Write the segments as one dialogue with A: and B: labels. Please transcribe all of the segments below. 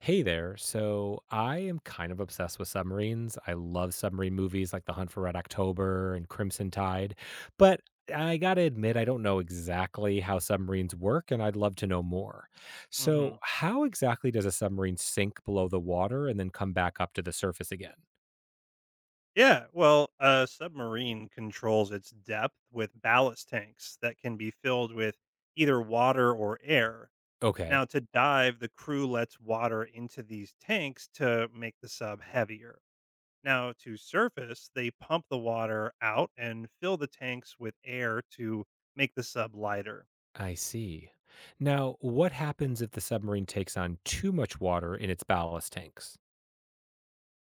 A: Hey there. So I am kind of obsessed with submarines. I love submarine movies like The Hunt for Red October and Crimson Tide, but I got to admit, I don't know exactly how submarines work, and I'd love to know more.
B: hmm
A: So, how exactly does a submarine sink below the water and then come back up to the surface again?
B: Yeah, well, a submarine controls its depth with ballast tanks that can be filled with either water or air. Now,
A: Okay.
B: to dive, the crew lets water into these tanks to make the sub heavier. Now, to surface, they pump the water out and fill the tanks with air to make the sub lighter.
A: I see. Now, what happens if the submarine takes on too much water in its ballast tanks?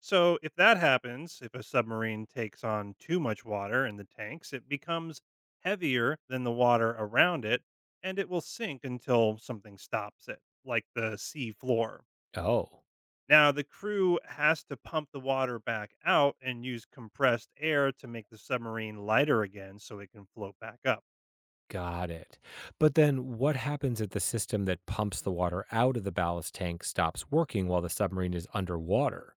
B: So, if that happens, if a submarine takes on too much water in the tanks, it becomes heavier than the water around it and it will sink until something stops it, like the sea floor.
A: Oh.
B: Now, the crew has to pump the water back out and use compressed air to make the submarine lighter again so it can float back up.
A: Got it. But then what happens if the system that pumps the water out of the ballast tank stops working while the submarine is underwater?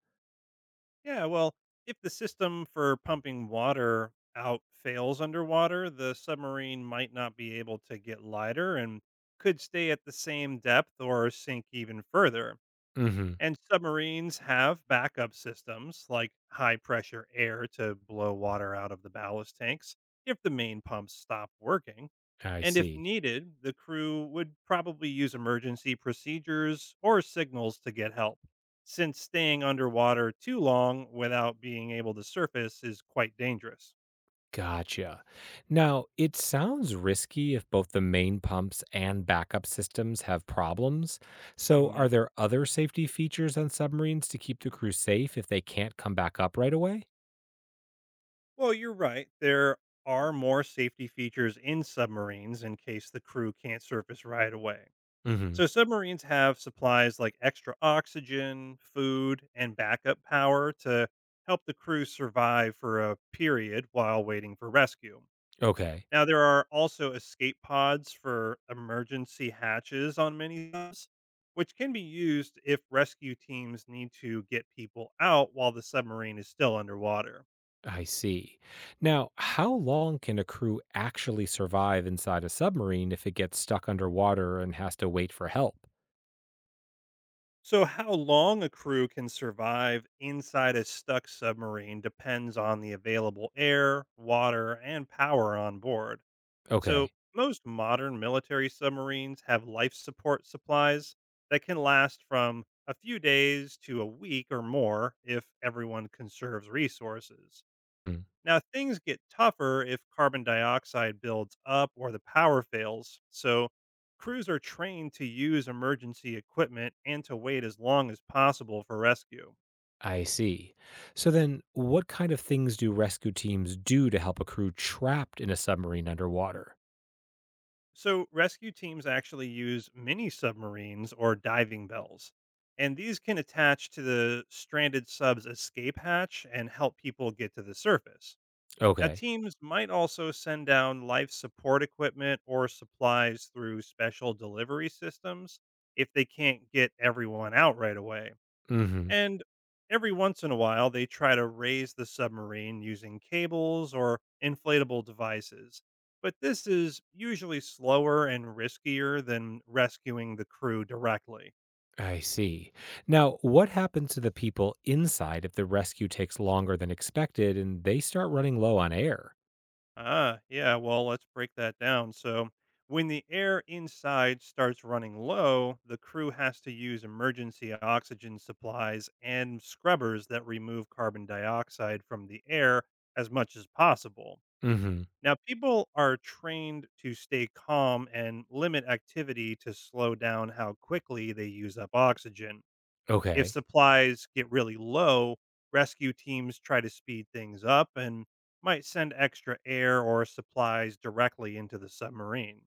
B: Yeah, well, if the system for pumping water out fails underwater, the submarine might not be able to get lighter and could stay at the same depth or sink even further.
A: Hmm.
B: And submarines have backup systems like high pressure air to blow water out of the ballast tanks if the main pumps stop working.
A: I
B: And if
A: see.
B: needed, the crew would probably use emergency procedures or signals to get help, since staying underwater too long without being able to surface is quite dangerous.
A: Gotcha. Now, it sounds risky if both the main pumps and backup systems have problems. So, are
B: Mhm.
A: there other safety features on submarines to keep the crew safe if they can't come back up right away?
B: Well, you're right. There are more safety features in submarines in case the crew can't surface right away.
A: Hmm.
B: So submarines have supplies like extra oxygen, food, and backup power to help the crew survive for a period while waiting for rescue.
A: Okay.
B: Now there are also escape pods for emergency hatches on many subs, which can be used if rescue teams need to get people out while the submarine is still underwater.
A: I see. Now, how long can a crew actually survive inside a submarine if it gets stuck underwater and has to wait for help?
B: So, how long a crew can survive inside a stuck submarine depends on the available air, water, and power on board. So,
A: Okay.
B: most modern military submarines have life support supplies that can last from a few days to a week or more if everyone conserves resources.
A: Mm.
B: Now, things get tougher if carbon dioxide builds up or the power fails. So, crews are trained to use emergency equipment and to wait as long as possible for rescue.
A: I see. So then, what kind of things do rescue teams do to help a crew trapped in a submarine underwater?
B: So, rescue teams actually use mini submarines or diving bells. And these can attach to the stranded sub's escape hatch and help people get to the surface. Now,
A: Okay.
B: teams might also send down life support equipment or supplies through special delivery systems if they can't get everyone out right away.
A: Mhm.
B: And every once in a while, they try to raise the submarine using cables or inflatable devices. But this is usually slower and riskier than rescuing the crew directly.
A: I see. Now, what happens to the people inside if the rescue takes longer than expected and they start running low on air?
B: Ah, yeah. Well, let's break that down. So, when the air inside starts running low, the crew has to use emergency oxygen supplies and scrubbers that remove carbon dioxide from the air as much as possible.
A: Mhm.
B: Now, people are trained to stay calm and limit activity to slow down how quickly they use up oxygen if
A: Okay.
B: supplies get really low, rescue teams try to speed things up and might send extra air or supplies directly into the submarine.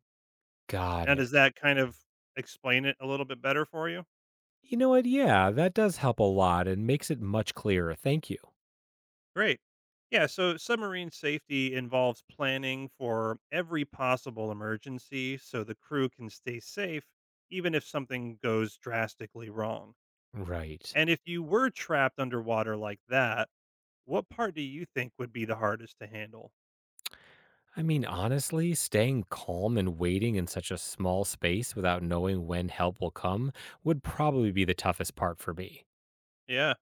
A: Got
B: Now, does
A: it.
B: that kind of explain it a little bit better for you?
A: You know what? Yeah, that does help a lot and makes it much clearer. Thank you.
B: Great. Yeah, so submarine safety involves planning for every possible emergency so the crew can stay safe even if something goes drastically wrong.
A: Right.
B: And if you were trapped underwater like that, what part do you think would be the hardest to handle?
A: I mean, honestly, staying calm and waiting in such a small space without knowing when help will come would probably be the toughest part for me.
B: Yeah.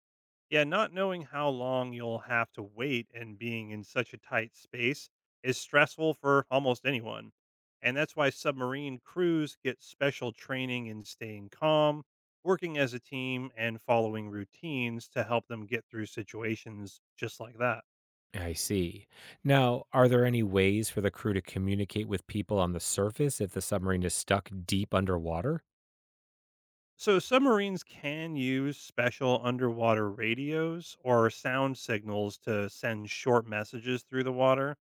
B: Yeah, not knowing how long you'll have to wait and being in such a tight space is stressful for almost anyone. And that's why submarine crews get special training in staying calm, working as a team, and following routines to help them get through situations just like that.
A: I see. Now, are there any ways for the crew to communicate with people on the surface if the submarine is stuck deep underwater?
B: So, submarines can use special underwater radios or sound signals to send short messages through the water.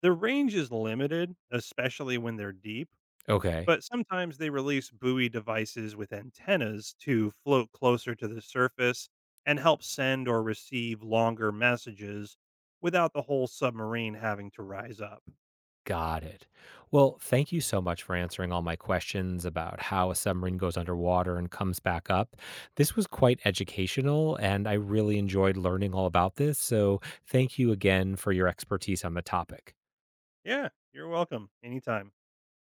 B: The range is limited, especially when they're deep.
A: Okay.
B: But sometimes they release buoy devices with antennas to float closer to the surface and help send or receive longer messages without the whole submarine having to rise up.
A: Got it. Well, thank you so much for answering all my questions about how a submarine goes underwater and comes back up. This was quite educational, and I really enjoyed learning all about this. So, thank you again for your expertise on the topic.
B: Yeah, you're welcome. Anytime.